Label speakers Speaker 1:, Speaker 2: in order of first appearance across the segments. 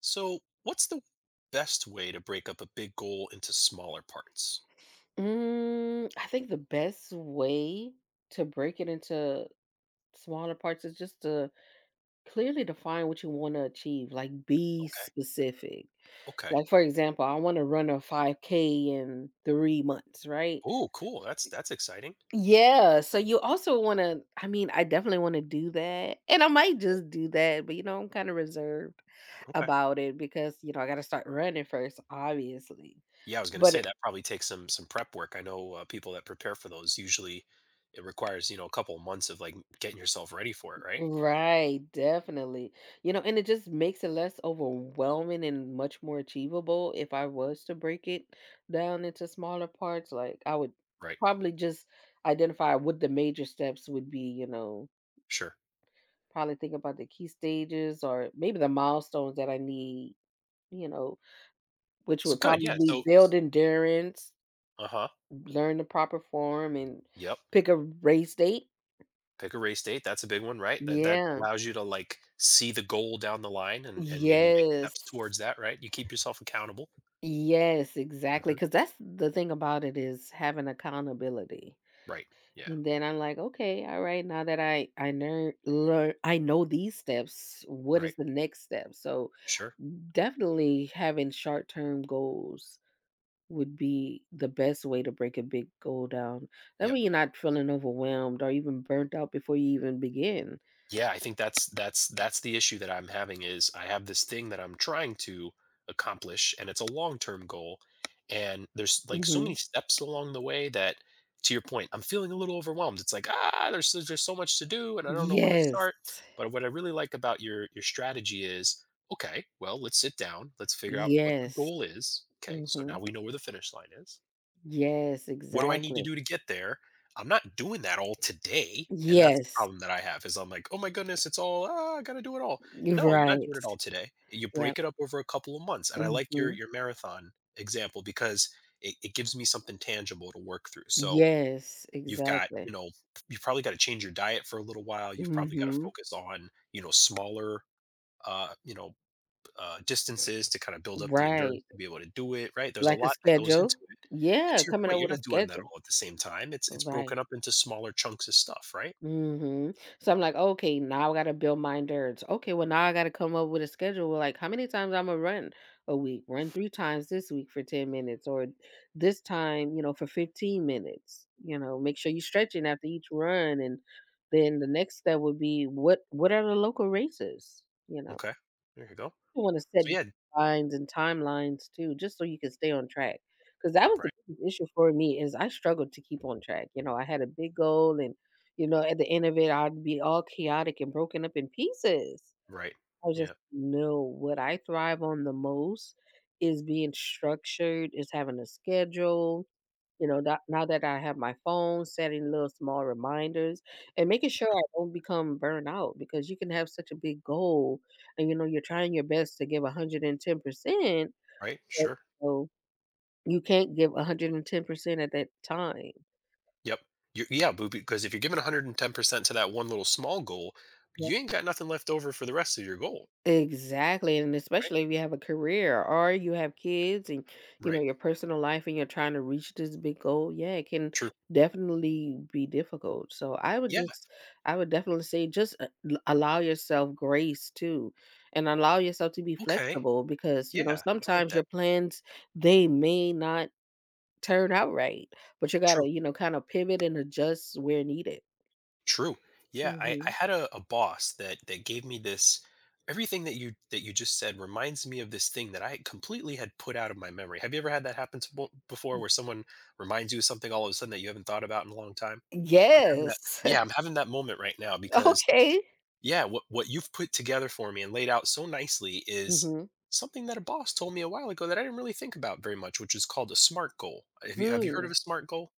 Speaker 1: So, what's the best way to break up a big goal into smaller parts?
Speaker 2: I think the best way to break it into smaller parts is just to clearly define what you want to achieve. Like, be
Speaker 1: Okay.
Speaker 2: specific.
Speaker 1: Okay.
Speaker 2: Like, for example, I want to run a 5K in 3 months, right?
Speaker 1: Oh, cool. That's exciting.
Speaker 2: Yeah. So, you also want to, I mean, I definitely want to do that. And I might just do that, but I'm kind of reserved
Speaker 1: Okay.
Speaker 2: about it because, I got to start running first, obviously.
Speaker 1: Yeah, I was going to say
Speaker 2: But
Speaker 1: that probably takes some prep work. I know people that prepare for those usually it requires, you know, a couple months of like getting yourself ready for it, right?
Speaker 2: right, definitely. And it just makes it less overwhelming and much more achievable. If I was to break it down into smaller parts, like I would
Speaker 1: Right.
Speaker 2: probably just identify what the major steps would be,
Speaker 1: Sure.
Speaker 2: probably think about the key stages or maybe the milestones that I need, you know, which
Speaker 1: So
Speaker 2: would
Speaker 1: good. Yeah.
Speaker 2: probably
Speaker 1: So
Speaker 2: build endurance,
Speaker 1: uh-huh.
Speaker 2: learn the proper form, and
Speaker 1: Yep.
Speaker 2: pick a race date.
Speaker 1: Pick a race date. That's a big one, right? That
Speaker 2: Yeah.
Speaker 1: allows you to like see the goal down the line and maybe make
Speaker 2: Yes.
Speaker 1: steps towards that, right? You keep yourself accountable.
Speaker 2: Yes, exactly.
Speaker 1: Hmm.
Speaker 2: Because that's the thing about it is having accountability,
Speaker 1: Right. Yeah.
Speaker 2: and then I'm like, "Okay, all right, now that I learn learn I know these steps, what
Speaker 1: Right.
Speaker 2: is the next step?" So,
Speaker 1: Sure.
Speaker 2: definitely having short-term goals would be the best way to break a big goal down. That
Speaker 1: Yep.
Speaker 2: way you're not feeling overwhelmed or even burnt out before you even begin.
Speaker 1: Yeah, I think that's the issue that I'm having is I have this thing that I'm trying to accomplish, and it's a long-term goal, and there's like so many
Speaker 2: Mhm.
Speaker 1: steps along the way that, to your point, I'm feeling a little overwhelmed. It's like, ah, there's so much to do and I don't know where to start.
Speaker 2: Yes.
Speaker 1: But what I really like about your strategy is, okay, well, let's sit down, let's figure out what the
Speaker 2: Yes.
Speaker 1: goal is. Okay, so now
Speaker 2: Mhm.
Speaker 1: we know where the finish line is.
Speaker 2: Yes,
Speaker 1: What do I need to
Speaker 2: exactly.
Speaker 1: do to get there? I'm not doing that all today, and that's the
Speaker 2: Yes.
Speaker 1: problem that I have is I'm like, "Oh my goodness, it's all ah, I gotta do it all." No, you're not
Speaker 2: Right.
Speaker 1: doing it all today. You
Speaker 2: Yeah.
Speaker 1: break it up over a couple of months, and I like your
Speaker 2: Mhm.
Speaker 1: your marathon example because it gives me something tangible to work through. So
Speaker 2: Yes,
Speaker 1: you've got,
Speaker 2: exactly.
Speaker 1: you know, you've probably got to change your diet for a little while. You've probably got to
Speaker 2: Mhm.
Speaker 1: focus on, you know, smaller, you know, distances to kind of build up the endurance
Speaker 2: Right.
Speaker 1: to be able to do it, right? There's a
Speaker 2: Like a
Speaker 1: lot that goes
Speaker 2: schedule.
Speaker 1: into it. And
Speaker 2: Yeah,
Speaker 1: to your
Speaker 2: coming
Speaker 1: point,
Speaker 2: up
Speaker 1: you're
Speaker 2: with a
Speaker 1: not doing that
Speaker 2: schedule.
Speaker 1: all at the same time. It's
Speaker 2: Right.
Speaker 1: broken up into smaller chunks of stuff, right?
Speaker 2: Mhm. So I'm like, "Okay, now I gotta build my endurance. Okay, well, now I gotta come up with a schedule. Well, like, how many times Imma run a week? Run 3 times this week for 10 minutes or this time, for 15 minutes." Make sure you're stretching after each run, and then the next step would be what are the local races? You know?
Speaker 1: Okay, there you go.
Speaker 2: You wanna set
Speaker 1: So yeah,
Speaker 2: lines and timelines too, just so you can stay on track. Because that was the
Speaker 1: right,
Speaker 2: biggest issue for me is I struggled to keep on track. I had a big goal, and, at the end of it, I'd be all chaotic and broken up in pieces.
Speaker 1: right,
Speaker 2: I
Speaker 1: yeah,
Speaker 2: just know what I thrive on the most is being structured, is having a schedule that now that I have my phone, setting little small reminders and making sure I don't become burned out because you can have such a big goal and, you're trying your best to give 110%,
Speaker 1: right,
Speaker 2: but,
Speaker 1: sure,
Speaker 2: know, you can't give 110% at that time.
Speaker 1: yep, you yeah, boo. Because if you're giving 110% to that one little small goal, you ain't got nothing left over for the rest of your goal,
Speaker 2: Exactly, and
Speaker 1: right?
Speaker 2: especially if you have a career or you have kids and,
Speaker 1: Right,
Speaker 2: your personal life and you're trying to reach this big goal, yeah, it can
Speaker 1: true.
Speaker 2: definitely be difficult. So
Speaker 1: Yeah,
Speaker 2: I would definitely say, just allow yourself grace too, and allow yourself to be
Speaker 1: okay,
Speaker 2: flexible because,
Speaker 1: yeah, I like
Speaker 2: sometimes your
Speaker 1: that.
Speaker 2: plans they may not turn out right, but you got
Speaker 1: True.
Speaker 2: to, kind of pivot and adjust where needed.
Speaker 1: True. Yeah, I
Speaker 2: Mhm.
Speaker 1: had a boss that gave me this, everything that you just said reminds me of this thing that I completely had put out of my memory. Have you ever had that happen to before where someone reminds you of something all of a sudden that you haven't thought about in a long time? I'm having that
Speaker 2: Yes.
Speaker 1: Yeah, I'm having that moment right now because,
Speaker 2: Okay.
Speaker 1: yeah, what you've put together for me and laid out so nicely is
Speaker 2: Mhm.
Speaker 1: something that a boss told me a while ago that I didn't really think about very much, which is called a SMART goal. Have you heard of a SMART goal?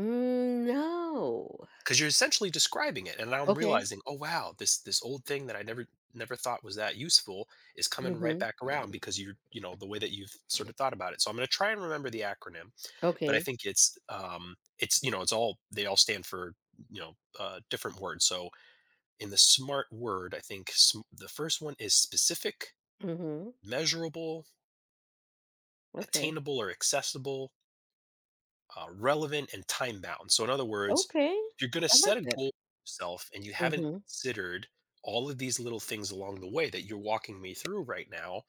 Speaker 2: Mm, no.
Speaker 1: Because you're essentially describing it, and now I'm
Speaker 2: Okay.
Speaker 1: realizing, oh wow, this old thing that I never thought was that useful is coming right
Speaker 2: Mhm.
Speaker 1: back around because, you're you know, the way that you've sort of thought about it. So I'm going to try and remember the acronym, but I
Speaker 2: Okay.
Speaker 1: think it's, it's, you know, it's all, they all stand for, you know, different words. So in the smart word, I think the first one is specific,
Speaker 2: Mhm.
Speaker 1: measurable,
Speaker 2: Okay.
Speaker 1: attainable or accessible, relevant, and time bound. So, in other words,
Speaker 2: Okay.
Speaker 1: if you're going to
Speaker 2: I
Speaker 1: set
Speaker 2: like
Speaker 1: a
Speaker 2: that.
Speaker 1: goal for yourself and you haven't
Speaker 2: Mhm.
Speaker 1: considered all of these little things along the way that you're walking me through right now,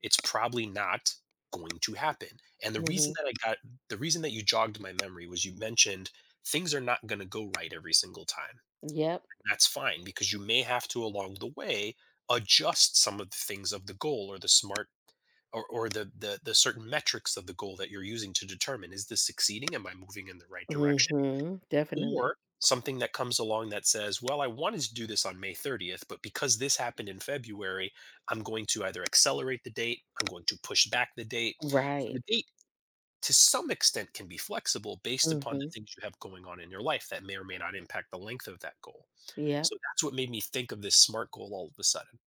Speaker 1: it's probably not going to happen. And
Speaker 2: Mhm.
Speaker 1: the reason that you jogged my memory was, you mentioned things are not going to go right every single time.
Speaker 2: Yep.
Speaker 1: That's fine, because you may have to along the way adjust some of the things of the goal, or the smart, or the certain metrics of the goal that you're using to determine, is this succeeding? Am I moving in the right direction?
Speaker 2: Mhm. Definitely.
Speaker 1: Or something that comes along that says, well, I wanted to do this on May 30th, but because this happened in February, I'm going to either accelerate the date, I'm going to push back the date. So
Speaker 2: Right.
Speaker 1: the date to some extent can be flexible based upon the
Speaker 2: Mhm.
Speaker 1: things you have going on in your life that may or may not impact the length of that goal.
Speaker 2: Yep.
Speaker 1: So that's what made me think of this SMART goal all of a sudden.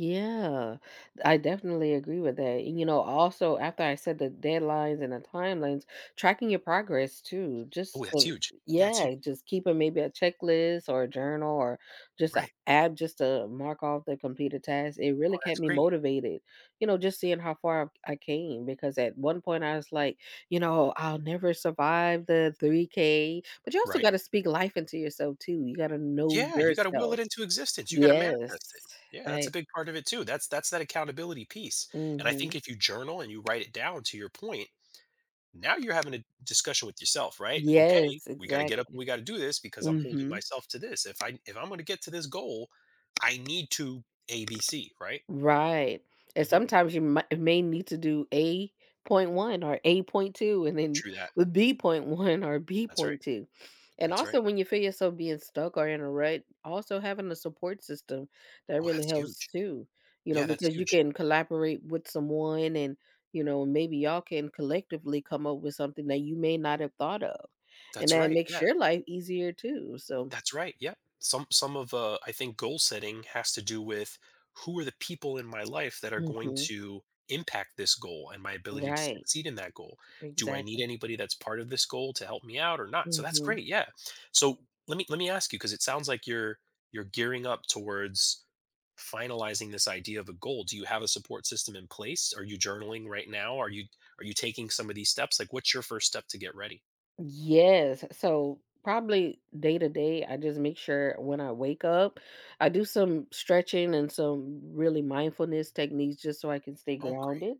Speaker 2: Yeah, I definitely agree with that. And, also after I said the deadlines and the timelines, tracking your progress too.
Speaker 1: Oh,
Speaker 2: Just
Speaker 1: that's
Speaker 2: to,
Speaker 1: huge. Yeah, it's huge.
Speaker 2: yeah, just keeping maybe a checklist or a journal or just an
Speaker 1: Right.
Speaker 2: app just to mark off the completed tasks. It
Speaker 1: Oh,
Speaker 2: really
Speaker 1: that's
Speaker 2: kept me
Speaker 1: great.
Speaker 2: motivated. Just seeing how far I came because at one point I was like, I'll never survive the 3K. But you also
Speaker 1: Right.
Speaker 2: got to speak life into yourself too. You got to know
Speaker 1: Yeah, you got to will it
Speaker 2: yourself.
Speaker 1: into existence. You got to
Speaker 2: Yes.
Speaker 1: manifest it. Yeah, that's a
Speaker 2: I.
Speaker 1: big part of it too. That's that accountability piece. And I think
Speaker 2: Mhm.
Speaker 1: if you journal and you write it down, to your point, now you're having a discussion with yourself, right? Okay,
Speaker 2: Yes,
Speaker 1: we got to get up.
Speaker 2: exactly.
Speaker 1: We got to do this because I'm holding
Speaker 2: Mhm.
Speaker 1: myself to this. If I'm going to get to this goal, I need to ABC, right?
Speaker 2: Right. And
Speaker 1: Hmm.
Speaker 2: sometimes you might may need to do A point one or A point two and then
Speaker 1: True that.
Speaker 2: with B point one or B
Speaker 1: That's right.
Speaker 2: point two. And
Speaker 1: That's right.
Speaker 2: also when you feel yourself being stuck or in a rut, also having a support system that
Speaker 1: Oh,
Speaker 2: really
Speaker 1: that's
Speaker 2: helps
Speaker 1: huge.
Speaker 2: too. You know,
Speaker 1: Yeah, that's
Speaker 2: because you
Speaker 1: huge.
Speaker 2: can collaborate with someone, and maybe y'all can collectively come up with something that you may not have thought of. And
Speaker 1: That's
Speaker 2: that
Speaker 1: right.
Speaker 2: makes
Speaker 1: Yeah.
Speaker 2: your life easier too. So
Speaker 1: That's right. Yep. Some of, I think goal setting has to do with who are the people in my life that are going
Speaker 2: mhm.
Speaker 1: to impact this goal and my ability to
Speaker 2: Right.
Speaker 1: succeed in that goal. Do I need
Speaker 2: Exactly.
Speaker 1: anybody that's part of this goal to help me out or not? So that's
Speaker 2: Hmm.
Speaker 1: great. Yeah. So let me ask you, because it sounds like you're gearing up towards finalizing this idea of a goal. Do you have a support system in place? Are you journaling right now? Are you taking some of these steps? Like, what's your first step to get ready?
Speaker 2: Yes. So probably day to day, I just make sure when I wake up, I do some stretching and some really mindfulness techniques just so I can stay
Speaker 1: Oh, great.
Speaker 2: grounded.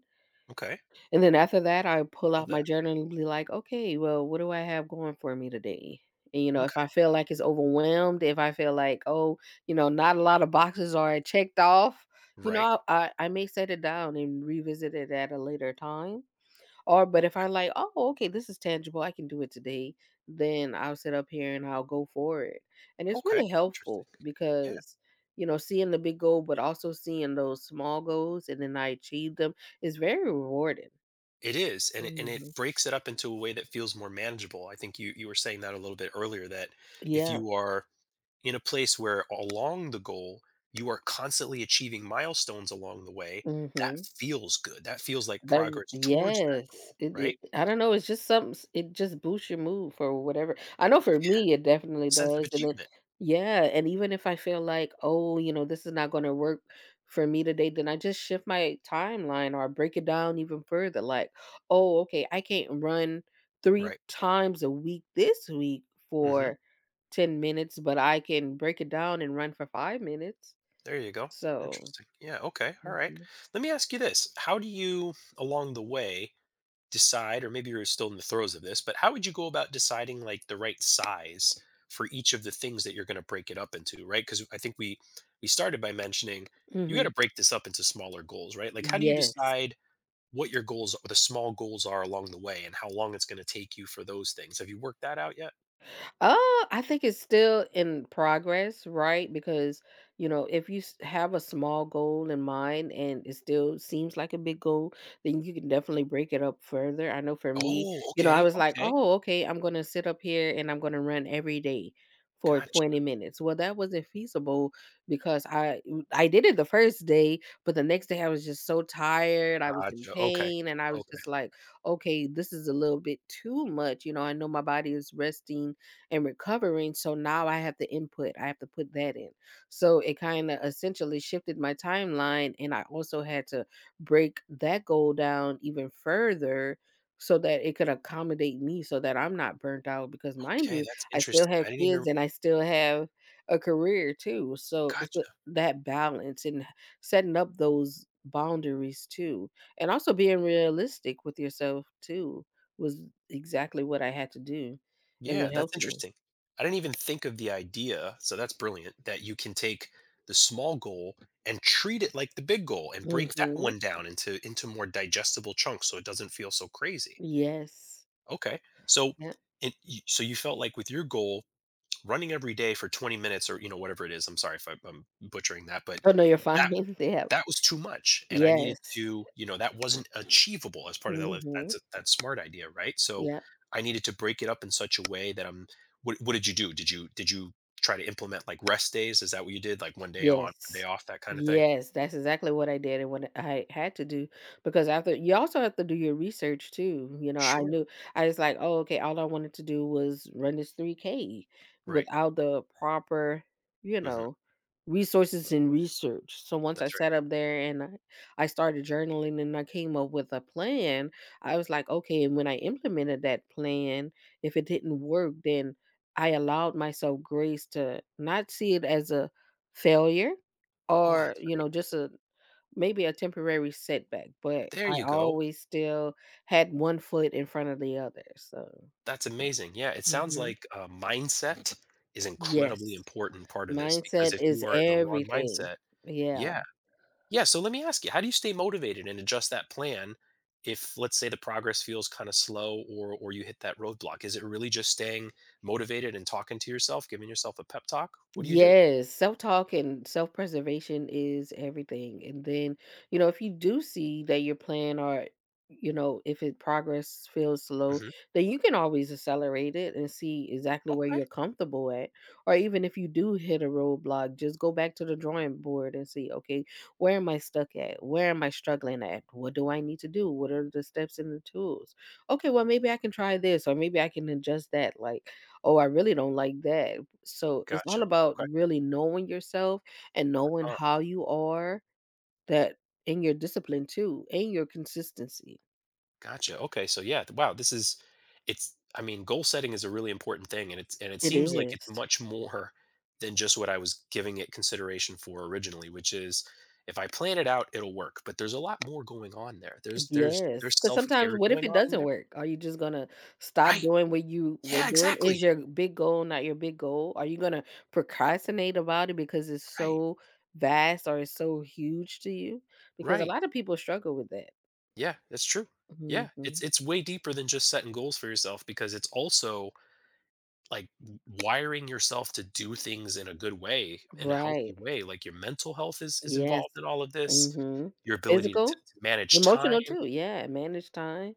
Speaker 1: Okay.
Speaker 2: And then after that, I pull
Speaker 1: Love
Speaker 2: out
Speaker 1: that.
Speaker 2: my journal and be like, okay, well, what do I have going for me today? And if
Speaker 1: Okay.
Speaker 2: I feel like it's overwhelmed, if I feel like, oh, not a lot of boxes are checked off,
Speaker 1: Right.
Speaker 2: I may set it down and revisit it at a later time. Or but if I like, "Oh, okay, this is tangible, I can do it today," then I'll sit up here and I'll go for it. And it's
Speaker 1: Okay,
Speaker 2: really
Speaker 1: interesting.
Speaker 2: helpful
Speaker 1: Yeah,
Speaker 2: because, seeing the big goal, but also seeing those small goals and then I achieve them is very rewarding.
Speaker 1: it is, and it
Speaker 2: Mhm.
Speaker 1: breaks it up into a way that feels more manageable. I think you were saying that a little bit earlier, that if
Speaker 2: Yeah.
Speaker 1: you are in a place where along the goal you are constantly achieving milestones along the way, that
Speaker 2: Mhm.
Speaker 1: feels good. That feels like
Speaker 2: That w
Speaker 1: progress towards that
Speaker 2: Yes,
Speaker 1: goal,
Speaker 2: it
Speaker 1: right?
Speaker 2: it I don't know, it's just something s it just boosts your mood for whatever. I know for me, it definitely
Speaker 1: Sense of
Speaker 2: does, and then
Speaker 1: achievement,
Speaker 2: yeah, and even if I feel like, "Oh, this is not gonna work for me today," then I just shift my timeline or I break it down even further, like, "Oh, okay, I can't run 3
Speaker 1: right?
Speaker 2: times a week this week
Speaker 1: Mm-hmm.
Speaker 2: for 10 minutes, but I can break it down and run for 5 minutes."
Speaker 1: There you go.
Speaker 2: So
Speaker 1: Interesting. Yeah. Okay. All right.
Speaker 2: mhm.
Speaker 1: Let me ask you this: how do you, along the way, decide, or maybe you're still in the throes of this, but how would you go about deciding, like, the right size for each of the things that you're going to break it up into, right? Because I think we started by mentioning you got to
Speaker 2: Mhm.
Speaker 1: break this up into smaller goals, right? Like, how do you
Speaker 2: Yes.
Speaker 1: decide what your goals, what the small goals are along the way, and how long it's going to take you for those things? Have you worked that out yet?
Speaker 2: Uh, I think it's still in progress, right? Because, if you have a small goal in mind and it still seems like a big goal, then you can definitely break it up further. I know for me,
Speaker 1: Oh,
Speaker 2: I
Speaker 1: okay.
Speaker 2: was like,
Speaker 1: Okay.
Speaker 2: oh, okay, I'm going to sit up here and I'm going to run every day for
Speaker 1: Gotcha.
Speaker 2: 20 minutes. Well, that wasn't feasible because I did it the first day, but the next day I was just so tired. I was in
Speaker 1: Gotcha. Okay.
Speaker 2: pain and I was
Speaker 1: Okay.
Speaker 2: just like, okay, this is a little bit too much. I know my body is resting and recovering. So now I have the input, I have to put that in. So it kind of essentially shifted my timeline. And I also had to break that goal down even further so that it could accommodate me so that I'm not burnt out. Because, mind
Speaker 1: Okay,
Speaker 2: you,
Speaker 1: that's
Speaker 2: I still
Speaker 1: interesting. I
Speaker 2: have
Speaker 1: didn't even.
Speaker 2: kids and I still have a career too. So it's the,
Speaker 1: Gotcha.
Speaker 2: that balance and setting up those boundaries too, and also being realistic with yourself too, was exactly what I had to do and
Speaker 1: Yeah,
Speaker 2: what
Speaker 1: that's
Speaker 2: helped me.
Speaker 1: interesting. I didn't even think of the idea, so that's brilliant that you can take the small goal and treat it like the big goal and break that
Speaker 2: Mhm.
Speaker 1: one down into more digestible chunks so it doesn't feel so crazy.
Speaker 2: Yes.
Speaker 1: Okay. So
Speaker 2: Yep.
Speaker 1: so you felt like with your goal running every day for 20 minutes, or, you know, whatever it is, I'm sorry if I'm butchering that, but
Speaker 2: Oh, no, you're fine.
Speaker 1: that
Speaker 2: Yep.
Speaker 1: that was too much, and I needed
Speaker 2: Yes.
Speaker 1: to, you know, that wasn't achievable as part of that li,
Speaker 2: Mhm.
Speaker 1: that's a that SMART idea, right? So,
Speaker 2: Yep.
Speaker 1: I needed to break it up in such a way that I'm, what did you do? Did you try to implement, like, rest days? Is that what you did? Like, one day on, one day
Speaker 2: Yes,
Speaker 1: off, that kinda thing?
Speaker 2: Yes, that's exactly what I did and what I had to do because after you also have to do your research too. I
Speaker 1: Sure.
Speaker 2: knew I was like, oh, okay, all I wanted to do was run this 3K
Speaker 1: Right.
Speaker 2: without the proper, you
Speaker 1: Mhm.
Speaker 2: know, resources and research. So once I
Speaker 1: That's right.
Speaker 2: sat up there and I started journaling and I came up with a plan, I was like, okay, and when I implemented that plan, if it didn't work, then I allowed myself grace to not see it as a failure,
Speaker 1: Oh,
Speaker 2: or,
Speaker 1: that's great.
Speaker 2: just a maybe a temporary setback, but
Speaker 1: There
Speaker 2: I
Speaker 1: you go.
Speaker 2: always still had one foot in front of the other. So
Speaker 1: That's amazing. Yeah, it sounds
Speaker 2: mhm.
Speaker 1: like, mindset is incredibly
Speaker 2: Yes.
Speaker 1: important part of this, because
Speaker 2: Mindset
Speaker 1: if you
Speaker 2: is
Speaker 1: are in the wrong
Speaker 2: everything.
Speaker 1: mindset,
Speaker 2: Yeah.
Speaker 1: yeah. Yeah, so let me ask you, how do you stay motivated and adjust that plan if, let's say, the progress feels kind of slow, or you hit that roadblock? Is it really just staying motivated and talking to yourself, giving yourself a pep talk? What do you do?
Speaker 2: Yes, self-talk and self-preservation is everything. And then, if you do see that your plan, or if it progress feels slow,
Speaker 1: Mhm.
Speaker 2: then you can always accelerate it and see exactly where
Speaker 1: Okay.
Speaker 2: you're comfortable at. Or even if you do hit a roadblock, just go back to the drawing board and see, okay, where am I stuck at? Where am I struggling at? What do I need to do? What are the steps and the tools? Okay, well, maybe I can try this, or maybe I can adjust that. Like, oh, I really don't like that. So it's
Speaker 1: Gotcha.
Speaker 2: all about
Speaker 1: Okay.
Speaker 2: really knowing yourself and knowing how you are, that in your discipline too and your consistency.
Speaker 1: Gotcha. Okay. So yeah, wow, this is, it's, I mean, goal setting is a really important thing, and it's, and it
Speaker 2: It
Speaker 1: seems like it's
Speaker 2: is.
Speaker 1: much more than just what I was giving it consideration for originally, which is, if I plan it out, it'll work. But there's a lot more going on there. There's there's
Speaker 2: Yes.
Speaker 1: there's
Speaker 2: Because sometimes
Speaker 1: self-care
Speaker 2: what if
Speaker 1: going
Speaker 2: it
Speaker 1: on in
Speaker 2: doesn't
Speaker 1: there.
Speaker 2: work? Are you just gonna stop
Speaker 1: Right.
Speaker 2: doing what you were
Speaker 1: Yeah,
Speaker 2: doing?
Speaker 1: exactly.
Speaker 2: Is your big goal not your big goal? Are you gonna procrastinate about it because it's
Speaker 1: Right.
Speaker 2: so vast or it's so huge to you? Because a
Speaker 1: Right.
Speaker 2: lot of people struggle with that.
Speaker 1: Yeah, that's true. Yeah,
Speaker 2: Hmm.
Speaker 1: it's way deeper than just setting goals for yourself, because it's also like wiring yourself to do things in a good way, in a healthy
Speaker 2: Right.
Speaker 1: way. Like, your mental health is
Speaker 2: Yes.
Speaker 1: involved in all of this.
Speaker 2: Mhm.
Speaker 1: Your ability to,
Speaker 2: Physical,
Speaker 1: to manage time.
Speaker 2: emotional too. Yeah, manage time.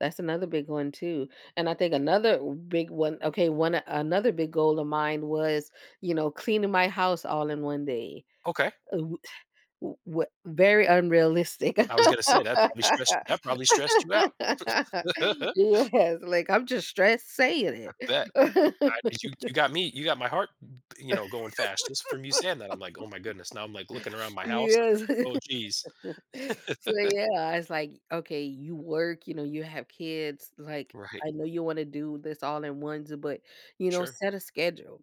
Speaker 2: That's another big one too. And I think another big one, okay, one another big goal of mine was, cleaning my house all in one day.
Speaker 1: Okay,
Speaker 2: Uh, w- Very unrealistic.
Speaker 1: I was gonna say that probably stressed you out.
Speaker 2: Yes, like I'm just stressed
Speaker 1: I
Speaker 2: saying
Speaker 1: bet.
Speaker 2: it.
Speaker 1: You got me. You got my heart, you know, going fast just from you saying that. I'm like, oh my goodness. Now I'm like looking around my house. And
Speaker 2: Yes.
Speaker 1: I'm like, oh geez.
Speaker 2: So yeah, I was like, okay, you work, you have kids. Like,
Speaker 1: Right.
Speaker 2: I know you want to do this all in ones, but
Speaker 1: Sure.
Speaker 2: set a schedule.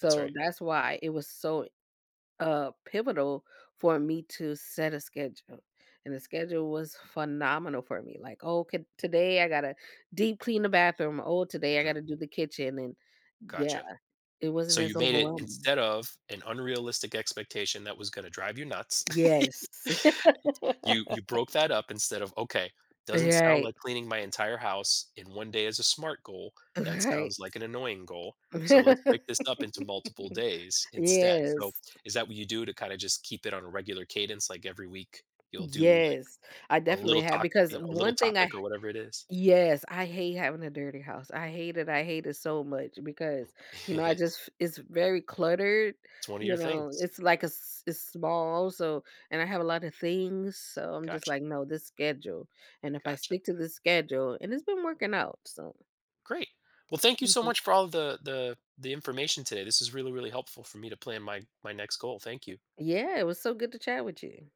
Speaker 1: That's right.
Speaker 2: that's why it was so pivotal for me to set a schedule. And the schedule was phenomenal for me. Like, oh, today I gotta deep clean the bathroom. Oh, today I
Speaker 1: Mhm.
Speaker 2: gotta do the kitchen. And yeah,
Speaker 1: Gotcha.
Speaker 2: it
Speaker 1: So
Speaker 2: wasn't
Speaker 1: you
Speaker 2: as
Speaker 1: made it,
Speaker 2: overwhelming.
Speaker 1: instead of an unrealistic expectation that was gonna drive you nuts,
Speaker 2: Yes.
Speaker 1: you broke that up instead of, "Okay, doesn't sound
Speaker 2: Right.
Speaker 1: like cleaning my entire house in one day is a smart goal, that
Speaker 2: Right.
Speaker 1: sounds like an annoying goal, so let's break this up into multiple days instead." So,
Speaker 2: Yes.
Speaker 1: is that what you do to kinda just keep it on a regular cadence, like every week you'll do, like,
Speaker 2: Yes. I
Speaker 1: a
Speaker 2: definitely
Speaker 1: little
Speaker 2: have
Speaker 1: talk,
Speaker 2: because
Speaker 1: you know, a little
Speaker 2: one thing I
Speaker 1: topic or whatever it is?
Speaker 2: yes, I hate having a dirty house. I hate it. I hate it so much because, I just it's very cluttered,
Speaker 1: It's one of your
Speaker 2: you know.
Speaker 1: things.
Speaker 2: It's like it's small, so, and I have a lot of things, so I'm just
Speaker 1: Gotcha,
Speaker 2: like, no, this schedule. And if I
Speaker 1: gotcha.
Speaker 2: stick to this schedule, and it's been working out. So
Speaker 1: Great. Well, thank you so
Speaker 2: mhm.
Speaker 1: much for all the information today. This is really really helpful for me to plan my next goal. Thank you.
Speaker 2: Yeah, it was so good to chat with you.